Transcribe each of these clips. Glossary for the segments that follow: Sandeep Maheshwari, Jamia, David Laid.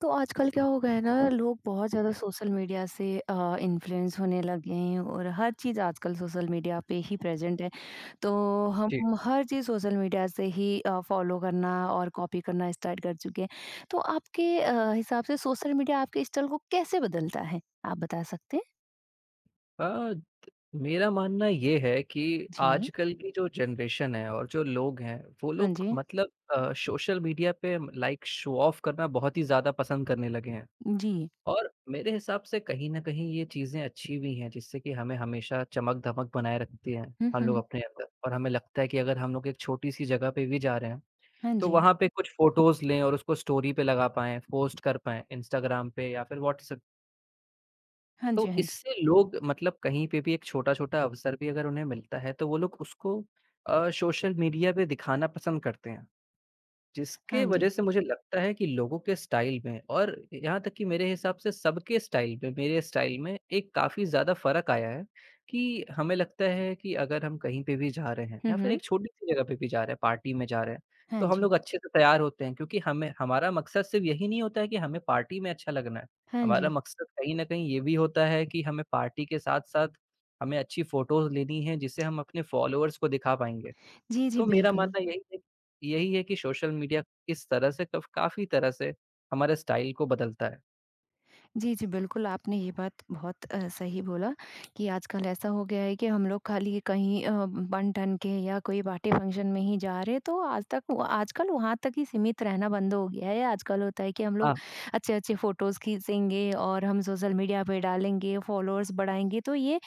तो आजकल क्या हो गया है ना लोग बहुत ज़्यादा सोशल मीडिया से इन्फ्लुएंस होने लगे हैं और हर चीज़ आजकल सोशल मीडिया पे ही प्रेजेंट है तो जी। हम हर चीज़ सोशल मीडिया से ही फॉलो करना और कॉपी करना स्टार्ट कर चुके हैं। तो आपके हिसाब से सोशल मीडिया आपके स्टाइल को कैसे बदलता है, आप बता सकते हैं? अ, मेरा मानना ये है कि जी। आजकल की जो जनरेशन है और जो लोग हैं वो हाँ लोग जी। मतलब सोशल मीडिया पे लाइक शो ऑफ करना बहुत ही ज़्यादा पसंद करने लगे हैं। जी। और मेरे हिसाब से कहीं न कहीं ये चीज़ें अच्छी भी हैं जिससे कि हमें हमेशा चमक-धमक बनाए रखती हैं हम्म हम हम्म लोग हम्म। अपने अंदर, और हमें लगता है कि अगर हम लोग एक छोटी-सी जगह पे भी जा रहे हैं, हाँ तो जी। वहाँ पे कुछ फ़ोटोज़ लें और उसको स्टोरी पे लगा पाएँ, पोस्ट कर पाएँ इंस्टाग्राम पे या फिर व्हाट्सएप। हाँ जी। तो हाँ जी। इससे लोग मतलब कहीं पे भी एक छोटा-छोटा अवसर भी अगर उन्हें मिलता है, तो वो लोग उसको सोशल मीडिया पे दिखाना पसंद करते हैं। जिसके हाँ जी। वजह से मुझे लगता है कि लोगों के स्टाइल में और यहाँ तक कि मेरे हिसाब से सबके स्टाइल में, मेरे स्टाइल में एक काफ़ी ज़्यादा फ़र्क आया है कि हमें लगता है कि अगर हम कहीं पे भी जा रहे हैं या फिर हम्म। एक छोटी-सी जगह पे भी जा रहे हैं, पार्टी में जा रहे हैं, हाँ तो हम जी। लोग अच्छे से तैयार होते हैं क्योंकि हमें हमारा मकसद सिर्फ़ यही नहीं होता है कि हमें पार्टी में अच्छा लगना है। हाँ हमारा जी। मकसद कहीं न कहीं ये भी होता है कि हमें पार्टी के साथ-साथ हमें अच्छी फ़ोटोज़ लेनी है जिससे हम अपने फ़ॉलोअर्स को दिखा पाएँगे। जी जी तो मेरा बिल्कुल। मानना यही है कि सोशल मीडिया किस तरह से कफ काफ़ी तरह से हमारे स्टाइल को बदलता है। जी, जी, बिल्कुल, आपने ये बात बहुत सही बोला कि आजकल ऐसा हो गया है कि हम लोग खाली कहीं बन-ठन के या कोई पार्टी फंक्शन में ही जा रहे हैं, तो आज तक व आजकल वहाँ तक ही सीमित रहना बंद हो गया है। आजकल होता है कि हम हाँ, लोग अच्छे-अच्छे फ़ोटोज़ खींचेंगे और हम सोशल मीडिया पे डालेंगे, फ़ॉलोअर्स बढ़ाएँगे, तो ये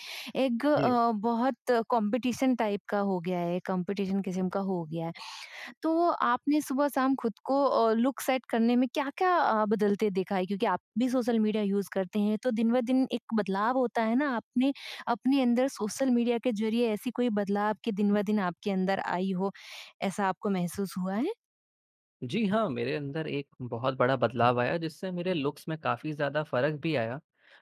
एक जी। बहुत कॉम्पिटिशन टाइप का हो गया है, कॉम्पिटिशन किस्म का हो गया है। तो आपने सुबह-शाम खुद को लुक सेट करने में क्या-क्या बदलते देखा है? क्योंकि आप भी सोशल मीडिया यूज़ करते हैं, तो दिन ब दिन एक बदलाव होता है ना, आपने अपने अंदर सोशल मीडिया के ज़रिए ऐसी कोई बदलाव कि दिन ब दिन आपके अंदर आई हो, ऐसा आपको महसूस हुआ है? जी हाँ, मेरे अंदर एक बहुत बड़ा बदलाव आया जिससे मेरे लुक्स में काफ़ी ज़्यादा फ़र्क भी आया।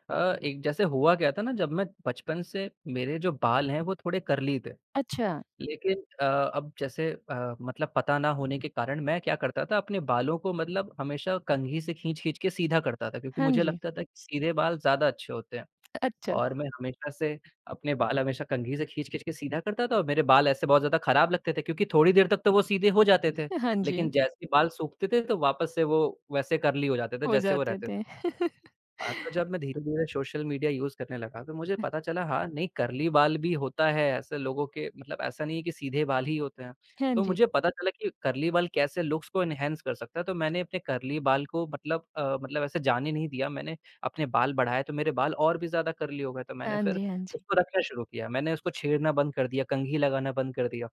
अ, एक जैसे हुआ क्या था ना जब मैं बचपन से मेरे जो बाल हैं वो थोड़े कर्ली थे। अच्छा। लेकिन अब जैसे मतलब पता ना होने के कारण मैं क्या करता था अपने बालों को मतलब, हमेशा कंघी से खींच-खींच के सीधा करता था क्योंकि हाँ मुझे जी। लगता था कि सीधे बाल ज़्यादा अच्छे होते हैं। अच्छा। और मैं हमेशा से अपने बाल हमेशा कंघी से खींच-खींच के सीधा करता था और मेरे बाल ऐसे बहुत ज़्यादा खराब लगते थे क्योंकि थोड़ी देर तक तो वो सीधे हो जाते थे। हाँ लेकिन जी। जैसे ही बाल सूखते थे तो वापस से वो वैसे कर्ली हो जाते थे हो जैसे वो जाते रहते थे। थे। हाँ, तो जब मैं धीरे-धीरे सोशल मीडिया यूज़ करने लगा तो मुझे पता चला, हाँ, नहीं, कर्ली बाल भी होता है ऐसे लोगों के, मतलब ऐसा नहीं है कि सीधे बाल ही होते हैं। हाँ तो जी। मुझे पता चला कि कर्ली बाल कैसे लुक्स को एनहांस कर सकता है, तो मैंने अपने कर्ली बाल को मतलब ऐसे जाने नहीं दिया। मैंने अपने बाल बढ़ाए तो मेरे बाल और भी ज़्यादा कर्ली हो गए, तो मैंने हाँ फिर जी, हाँ जी। उसको रखना शुरू किया। मैंने उसको छेड़ना बंद कर दिया, कंघी लगाना बंद कर दिया।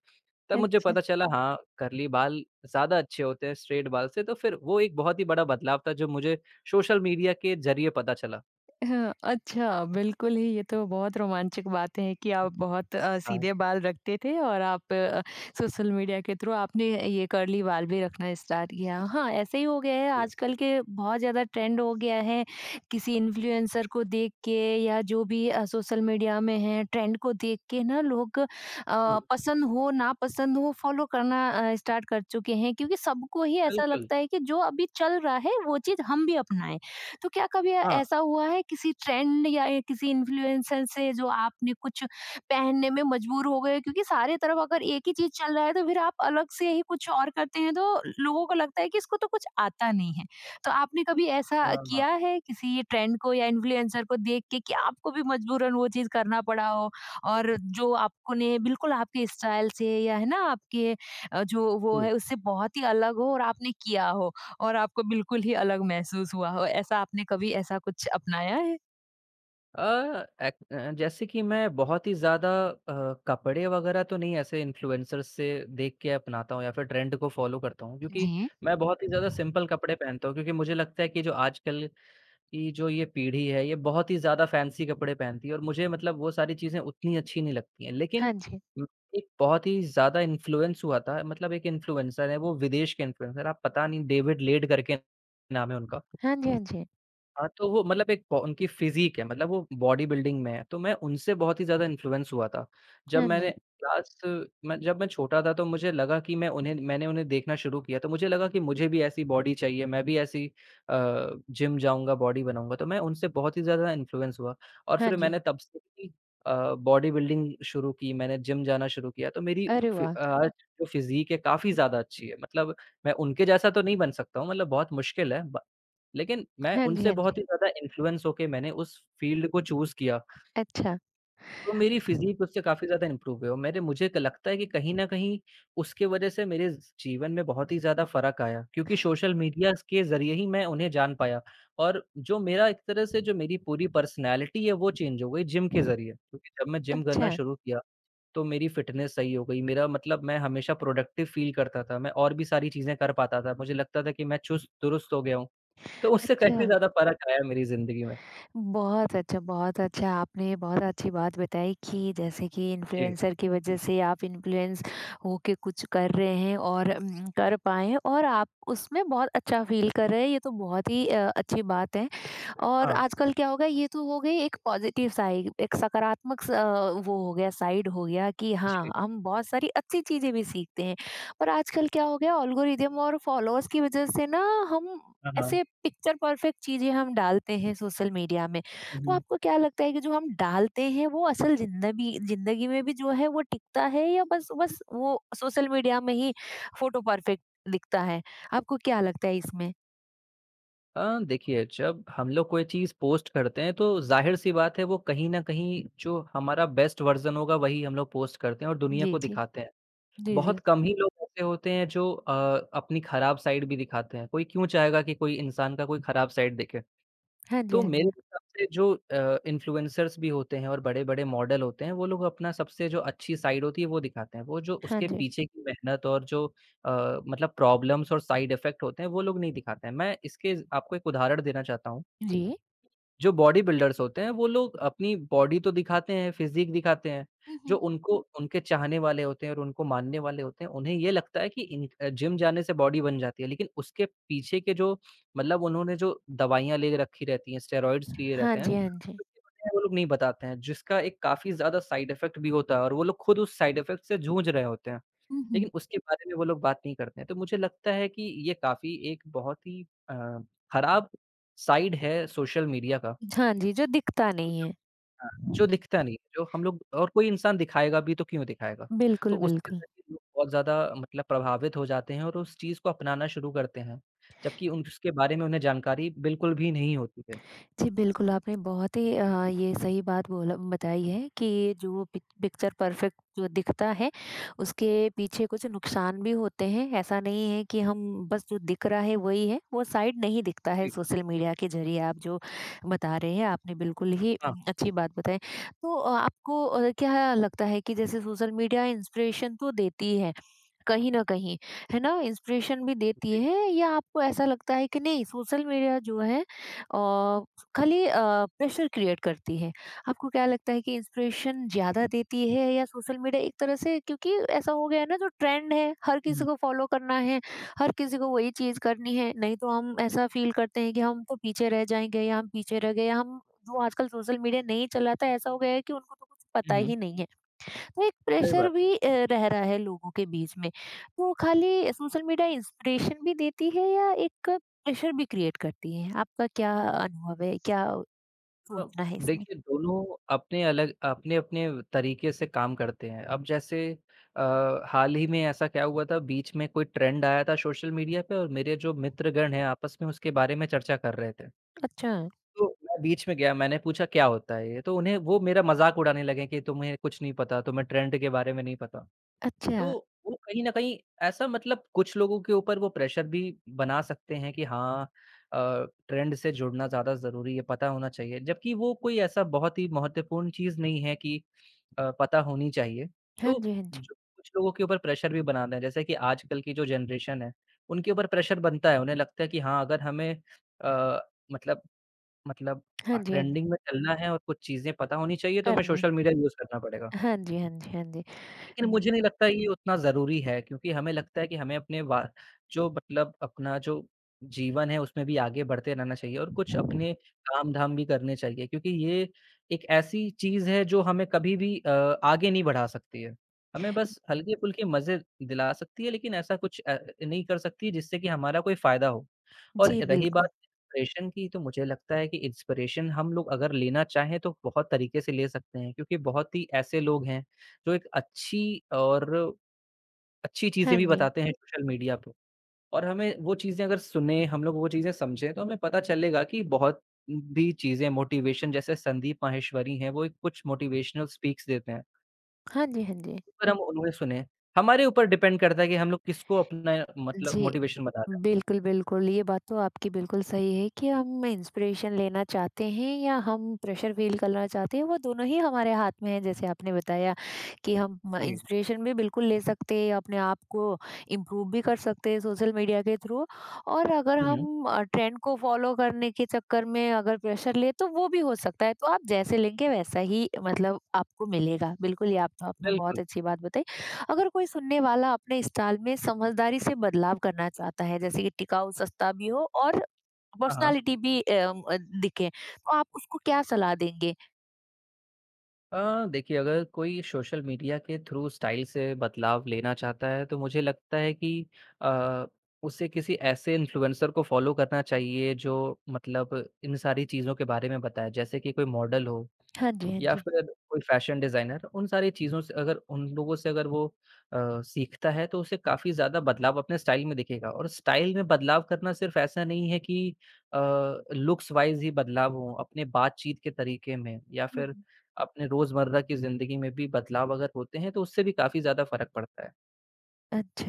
तब मुझे अच्छा। पता चला, हाँ, कर्ली बाल ज़्यादा अच्छे होते हैं स्ट्रेट बाल से, तो फिर वो एक बहुत ही बड़ा बदलाव था जो मुझे सोशल मीडिया के ज़रिए पता चला। हाँ, अच्छा, बिल्कुल ही ये तो बहुत रोमांचक बातें हैं कि हुँ, आप बहुत हाँ, सीधे बाल रखते थे और आप सोशल मीडिया के थ्रू आपने ये कर्ली बाल भी रखना स्टार्ट किया। हाँ, ऐसे ही हो गया है जी। आजकल के, बहुत ज़्यादा ट्रेंड हो गया है, किसी इन्फ्लुएंसर को देख के या जो भी सोशल मीडिया में है ट्रेंड को देख के ना लोग हुँ। पसंद हो नापसंद हो फॉलो करना स्टार्ट कर चुके हैं, क्योंकि सबको ही ऐसा बिल्कुल। लगता है कि जो अभी चल रहा है वो चीज़ हम भी अपनाएँ। तो क्या कभी हाँ, ऐसा हुआ है किसी ट्रेंड या किसी इन्फ्लुएंसर से जो आपने कुछ पहनने में मजबूर हो गए, क्योंकि सारे तरफ अगर एक ही चीज चल रहा है तो फिर आप अलग से ही कुछ और करते हैं तो लोगों को लगता है कि इसको तो कुछ आता नहीं है। तो आपने कभी ऐसा अ, किया है किसी ट्रेंड को या इन्फ्लुएंसर को देख के कि आपको भी मजबूरन वो चीज करना पड़ा हो, और जो आपको ने बिल्कुल आपके स्टाइल से या है ना आपके जो वो जी। है उससे बहुत ही अलग हो और आपने किया हो, और आपको बिल्कुल ही अलग महसूस हुआ हो, ऐसा आपने कभी ऐसा कुछ अपनाया है? अ, एक जैसे कि मैं बहुत ही ज़्यादा कपड़े वगैरह तो नहीं ऐसे इन्फ्लुएंसर्स से देख के अपनाता हूँ या फिर ट्रेंड को फ़ॉलो करता हूँ क्योंकि जी। मैं बहुत ही ज़्यादा सिंपल कपड़े पहनता हूँ क्योंकि मुझे लगता है कि जो आजकल कि जो ये पीढ़ी है, ये बहुत ही ज़्यादा फैंसी कपड़े पहनती है और मुझे मतलब वो सारी चीज़ें उतनी अच्छी नहीं लगती हैं। लेकिन हाँ जी। उम, एक बहुत ही ज़्यादा इन्फ्लुएंस हुआ था, मतलब एक इन्फ्लुएंसर है, वो विदेश के इन्फ्लुएंसर, आप पता नहीं, डेविड लेड करके नाम है उनका। हाँ जी, हाँ जी। हाँ, तो वो मतलब एक पो उनकी फ़िज़ीक है, मतलब वो बॉडी बिल्डिंग में है, तो मैं उनसे बहुत ही ज़्यादा इन्फ्लुएंस हुआ था। जब हाँ मैंने जी, क्लास जब मैं छोटा था तो मुझे लगा कि मैंने उन्हें देखना शुरू किया, तो मुझे लगा कि मुझे भी ऐसी बॉडी चाहिए, मैं भी ऐसी जिम जाऊँगा, बॉडी बनाऊँगा, तो मैं उनसे बहुत ही ज़्यादा इन्फ्लुएंस हुआ और हाँ फिर जी। मैंने तब से ही बॉडी बिल्डिंग शुरू की, मैंने जिम जाना शुरू किया, तो मेरी अरे फि वाह! आज जो फ़िज़ीक है काफ़ी ज़्यादा अच्छी है। मतलब मैं उनके जैसा तो नहीं बन सकता हूँ, मतलब बहुत मुश्किल है, ब लेकिन मैं हाँ जी, उनसे हाँ जी। बहुत ही ज़्यादा इन्फ्लुएंस होके मैंने उस फ़ील्ड को चूज़ किया, अच्छा। तो मेरी फ़िज़ीक उससे काफ़ी ज़्यादा इम्प्रूव हुई, और मेरे मुझे क लगता है कि कहीं न कहीं उसके वजह से मेरे ज़ जीवन में बहुत ही ज़्यादा फ़र्क आया क्योंकि सोशल मीडियाज़ के ज़रिए ही मैं उन्हें जान पाया, और जो मेरा एक तरह से जो मेरी पूरी पर्सनैलिटी है वो चेंज हो गई जिम के ज़रिए क्योंकि जब मैं जिम करना अच्छा, शुरू किया, तो मेरी फ़िटनेस सही हो गई, मेरा मतलब मैं हमेशा प्रोडक्टिव फ़ील करता था, मैं और भी सारी चीज़ें कर पाता था, मुझे लगता था कि मैं चुस्त-दुरुस्त हो गया हूँ। तो उससे अच्छा। काफ़ी ज़्यादा फ़र्क आया मेरी ज़िंदगी में। बहुत अच्छा, बहुत अच्छा। आपने बहुत अच्छी बात बताई कि जैसे कि जी। इन्फ्लुएंसर की वज़ह से आप इन्फ्लुएंस होके कुछ कर रहे हैं और कर पाएँ और आप उसमें बहुत अच्छा फ़ील कर रहे हैं, ये तो बहुत ही अच्छी बात है। और हाँ, आजकल क्या हो गया, ये तो हो गई एक पॉजिटिव साइड, एक सकारात्मक वो हो गया साइड, हो गया कि हाँ जी। हम बहुत सारी अच्छी चीजें भी सीखते हैं, पर आजकल क्या हो गया ऑल्गोरिदम और फॉलोअर्स की वजह से ना हम हाँ, हाँ। ऐसे पिक्चर परफेक्ट चीजें हम डालते हैं सोशल मीडिया में। हुँ, तो हुँ। आपको क्या लगता है कि जो हम डालते हैं वो असल जिंदगी जिंदगी में भी जो है वो टिकता है या बस बस वो सोशल मीडिया में ही फोटो परफेक्ट दिखता है? आपको क्या लगता है इसमें? देखिए, जब हम लोग कोई चीज़ पोस्ट करते हैं तो ज़ाहिर-सी बात है, वो कहीं न कहीं जो हमारा बेस्ट वर्ज़न होगा वही हम लोग पोस्ट करते हैं और दुनिया जी को जी। दिखाते हैं। जी जी। बहुत कम ही लोग ऐसे होते हैं जो अपनी खराब साइड भी दिखाते हैं। कोई क्यों चाहेगा कि कोई इंसान का कोई खराब साइड दिखे? हाँ जी तो हाँ मेरे जी। हिसाब से जो इन्फ्लुएंसर्स भी होते हैं और बड़े-बड़े मॉडल होते हैं, वो लोग अपना सबसे जो अच्छी साइड होती है, वो दिखाते हैं। वो जो हाँ उसके जी। पीछे की मेहनत और जो अ, मतलब प्रॉब्लम्स और साइड इफ़ेक्ट होते हैं, वो लोग नहीं दिखाते हैं। मैं इसके आपको एक उदाहरण देना चाहता हूँ। जी। जो बॉडी बिल्डर्स होते हैं, वो लोग अपनी बॉडी तो दिखाते हैं, फिज़ीक दिखाते हैं। हुँ, जो हुँ। उनको उनके चाहने वाले होते हैं और उनको मानने वाले होते हैं, उन्हें ये लगता है कि जिम जाने से बॉडी बन जाती है। लेकिन उसके पीछे के जो, मतलब उन्होंने जो दवाइयाँ ले रखी रहती हैं, स्टेरॉइड्स लिए हाँ रहते हैं, जी, हाँ जी। वो लोग नहीं बताते हैं, जिसका एक काफ़ी ज़्यादा साइड इफ़ेक्ट भी होता है और वो लोग खुद उस साइड इफ़ेक्ट से जूझ रहे होते हैं। हुँ, हुँ। लेकिन उसके बारे में वो लोग बात नहीं करते हैं। तो मुझे लगता है कि ये काफ़ी एक बहुत ही अ, खराब साइड है सोशल मीडिया का। हाँ जी, जो दिखता नहीं है। हाँ, जो दिखता नहीं है, जो हम लोग और कोई इंसान दिखाएगा भी तो क्यों दिखाएगा? तो बिल्कुल, उसके बिल्कुल। ज़रिए लोग बहुत ज़्यादा मतलब प्रभावित हो जाते हैं और उस चीज़ को अपनाना शुरू करते हैं, जबकि उन उसके बारे में उन्हें जानकारी बिल्कुल भी नहीं होती है। जी, बिल्कुल, आपने बहुत ही ये सही बात बोला बताई है कि जो पिक्चर परफेक्ट जो दिखता है, उसके पीछे कुछ नुकसान भी होते हैं। ऐसा नहीं है कि हम बस जो दिख रहा है वही है, वो साइड नहीं दिखता है जी, सोशल मीडिया के ज़रिए आप जो बता रहे हैं, आपने बिल्कुल ही हाँ, अच्छी बात बताई। तो आपको क्या लगता है कि जैसे सोशल मीडिया इंस्पिरेशन तो देती है, कहीं न कहीं, है ना? इंस्पिरेशन भी देती जी। है, या आपको ऐसा लगता है कि नहीं सोशल मीडिया जो है अ, खाली प्रेशर क्रिएट करती है। आपको क्या लगता है कि इंस्पिरेशन ज़्यादा देती है या सोशल मीडिया एक तरह से, क्योंकि ऐसा हो गया है ना जो ट्रेंड है, हर हुँ, किसी हुँ। को फॉलो करना है, हर किसी को वही चीज़ करनी है, नहीं तो हम ऐसा फ़ील करते हैं कि हम तो पीछे रह जाएँगे या हम पीछे रह गए, या हम जो आजकल सोशल मीडिया नहीं चलाता ऐसा हो गया है कि उनको तो कुछ पता हुँ, हुँ, ही नहीं है। तो एक सही प्रेशर बात भी रह रहा है लोगों के बीच में। तो खाली सोशल मीडिया इंस्पिरेशन भी देती है या एक प्रेशर भी क्रिएट करती है? आपका क्या अनुभव है? क्या है। सोचना है इसमें? देखिए, दोनों अपने-अपने तरीके से काम करते हैं। अब जैसे अ, हाल ही में ऐसा क्या हुआ था, बीच में कोई ट्रेंड आया था सोशल मीडिया पे और मेरे जो हुँ। मित्रगण हैं आपस में उसके बारे में चर्चा कर रहे थे। अच्छा, तो मैं बीच में गया, मैंने पूछा, क्या होता है ये? तो उन्हें वो मेरा मज़ाक उड़ाने लगे कि तुम्हें कुछ नहीं पता, तुम्हें ट्रेंड के बारे में नहीं पता। तो अच्छा। वो कहीं न कहीं ऐसा, मतलब कुछ लोगों के ऊपर वो प्रेशर भी बना सकते हैं कि हाँ, ट्रेंड से जुड़ना ज़्यादा ज़रूरी है, पता होना चाहिए। जबकि वो कोई ऐसा बहुत ही महत्वपूर्ण चीज़ नहीं है कि पता होनी चाहिए। हाँ तो जी, हाँ जी। जो कुछ लोगों के ऊपर प्रेशर भी बनाते हैं, जैसे कि आजकल की जो जनरेशन है, उनके ऊपर प्रेशर बनता है। उन्हें लगता है कि हाँ, अगर हमें अ, मतलब मतलब हाँ जी, हाँ जी। ट्रेंडिंग में चलना है और कुछ चीज़ें पता होनी चाहिए, तो हमें करने सोशल मीडिया यूज़ करना पड़ेगा। हाँ जी, हाँ जी, हाँ जी। लेकिन बि मुझे नहीं लगता ये उतना ज़रूरी है क्योंकि हमें लगता है कि हमें अपने वा जो, मतलब अपना जो जीवन है उसमें भी आगे बढ़ते रहना चाहिए और कुछ अपने काम-धाम भी करने चाहिए क्योंकि ये एक ऐसी चीज़ है जो हमें कभी भी आगे नहीं बढ़ा सकती है। हमें बस हल्के-फुल्के मज़े दिला सकती है, लेकिन ऐसा कुछ नहीं कर सकती जिससे कि हमारा कोई फ़ायदा हो। और जी, रही बिल्कुल। बात इंस्पिरेशन की, तो मुझे लगता है कि इंस्पिरेशन हम लोग अगर लेना चाहें तो बहुत तरीके से ले सकते हैं क्योंकि बहुत ही ऐसे लोग हैं जो एक अच्छी और अच्छी चीज़ें हाँ भी जी। बताते हैं हुँ। सोशल मीडिया पे, और हमें वो चीज़ें अगर सुने, हम लोग वो चीज़ें समझें, तो हमें पता चलेगा कि बहुत भी चीज़ें मोटिवेशन जैसे संदीप माहेश्वरी हैं, वो एक कुछ मोटिवेशनल स्पीक्स देते हैं। हाँ जी, हाँ जी। अगर हम उन्हें सुने, हमारे ऊपर डिपेंड करता है कि हम लोग किसको अपना, मतलब जी। मोटिवेशन बना रहे हैं। बिल्कुल, बिल्कुल। ये बात तो आपकी बिल्कुल सही है कि हम इंस्पिरेशन लेना चाहते हैं या हम प्रेशर फ़ील करना चाहते हैं, वो दोनों ही हमारे हाथ में है, जैसे आपने बताया कि हम म जी। इंस्पिरेशन भी बिल्कुल ले सकते हैं, अपने आप को इम्प्रूव भी कर सकते हैं सोशल मीडिया के थ्रू, और अगर हुँ, हुँ। हम ट्रेंड को फ़ॉलो करने के चक्कर में अगर प्रेशर लें तो वो भी हो सकता है। तो आप जैसे लेंगे वैसा ही मतलब आपको मिलेगा। बिल्कुल, ये आप तो आपने बहुत बिल्कुल। अच्छी बात बताई। अगर कोई सुनने वाला अपने स्टाइल में समझदारी से बदलाव करना चाहता है जैसे कि टिकाऊ सस्ता भी हो और हाँ, हाँ। पर्सनालिटी भी दिखे, तो आप उसको क्या सलाह देंगे? देखिए, अगर कोई सोशल मीडिया के थ्रू स्टाइल से बदलाव लेना चाहता है, तो मुझे लगता है कि अ, उसे किसी ऐसे इन्फ्लुएंसर को फॉलो करना चाहिए जो, मतलब इन सारी चीज़ों के बारे में बताए। जैसे कि कोई मॉडल हो हाँ जी हाँ या जी। फिर कोई फ़ैशन डिज़ाइनर, उन सारी चीज़ों से अगर, उन लोगों से अगर वो सीखता है तो उसे काफ़ी ज़्यादा बदलाव अपने स्टाइल में दिखेगा, और स्टाइल में बदलाव करना सिर्फ़ ऐसा नहीं है कि अ, लुक्स वाइज़ ही बदलाव हो, अपने बातचीत के तरीके में या फिर हम्म, अपने रोज़मर्रा की ज़िंदगी में भी बदलाव अगर होते हैं तो उससे भी काफ़ी ज़्यादा फ़र्क पड़ता है।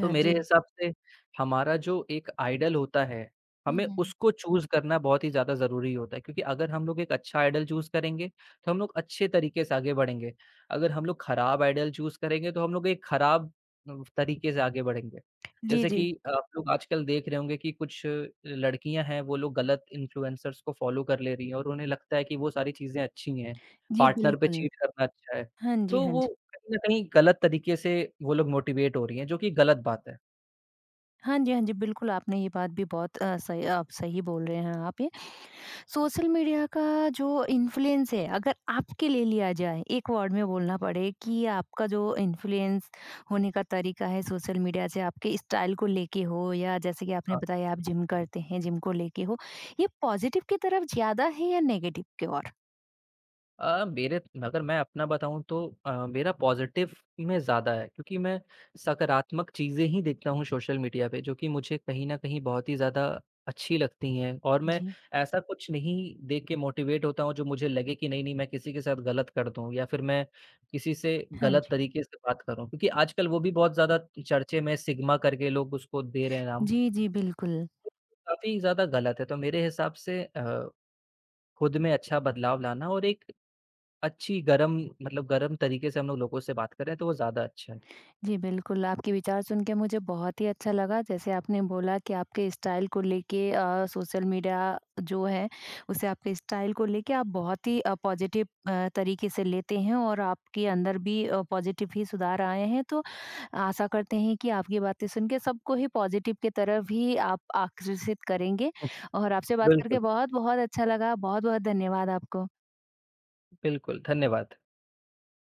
तो मेरे जी। हिसाब से हमारा जो एक आइडल होता है, हम्म हमें हम्म, हम्म। उसको चूज़ करना बहुत ही ज़्यादा ज़रूरी होता है क्योंकि अगर हम लोग एक अच्छा आइडल चूज़ करेंगे, तो हम लोग अच्छे तरीके से आगे बढ़ेंगे। अगर हम लोग खराब आइडल चूज़ करेंगे, तो हम लोग एक खराब तरीके से आगे बढ़ेंगे। जी जैसे कि जी। आप लोग आजकल देख रहे होंगे कि कुछ लड़कियाँ हैं, वो लोग गलत इन्फ्लुएंसर्स को फ़ॉलो कर ले रही हैं और उन्हें लगता है कि वो सारी चीज़ें अच्छी हैं, जी पार्टनर पे बिल्कुल। चीट करना अच्छा है। हाँ जी तो हाँ वो जी। कहीं न कहीं गलत तरीके से वो लोग मोटिवेट हो रही हैं, जो कि गलत बात है। हाँ जी हाँ जी बिल्कुल, आपने ये बात भी बहुत सही, आप सही बोल रहे हैं। आप सोशल मीडिया का जो इन्फ्लुएंस है अगर आपके लिए लिया जाए, एक वर्ड में बोलना पड़े कि आपका जो इन्फ्लुएंस होने का तरीका है सोशल मीडिया से आपके स्टाइल को लेके हो या जैसे कि आपने हाँ। बताया आप जिम करते हैं जिम को लेके हो, ये पॉजिटिव की तरफ ज्यादा है या नेगेटिव की ओर? अ, मेरे अगर मैं अपना बताऊँ तो मेरा पॉज़िटिव में ज़्यादा है क्योंकि मैं सकारात्मक चीज़ें ही देखता हूँ सोशल मीडिया पे, जो कि मुझे कहीं न कहीं बहुत ही ज़्यादा अच्छी लगती हैं, और मैं जी। ऐसा कुछ नहीं देख के मोटिवेट होता हूँ, जो मुझे लगे कि नहीं, नहीं मैं किसी के साथ गलत कर दूँ या फिर मैं किसी से हाँ गलत जी। तरीके से बात करूँ। क्योंकि आजकल वो भी बहुत ज़्यादा चर्चे में सिग्मा करके लोग उसको दे रहे हैं नाम। जी। जी बिल्कुल। काफ़ी ज़्यादा गलत है, तो मेरे हिसाब से खुद में अच्छा बदलाव लाना और एक अच्छी गरम तरीके से हम लोग लोगों से बात करें तो वो ज़्यादा अच्छा है। जी, बिल्कुल, आपके विचार सुन के मुझे बहुत ही अच्छा लगा। जैसे आपने बोला कि आपके स्टाइल को लेके सोशल मीडिया जो है, उसे आपके स्टाइल को लेके आप बहुत ही पॉज़िटिव तरीके से लेते हैं और आपके अंदर भी पॉज़िटिव ही सुधार आए हैं। तो आशा करते हैं कि आपकी बातें सुन के सबको ही पॉज़िटिव की तरफ ही आप आकर्षित करेंगे, और आपसे बात करके बिल्कुल, बहुत-बहुत अच्छा लगा। बहुत-बहुत धन्यवाद आपको। बिल्कुल, धन्यवाद।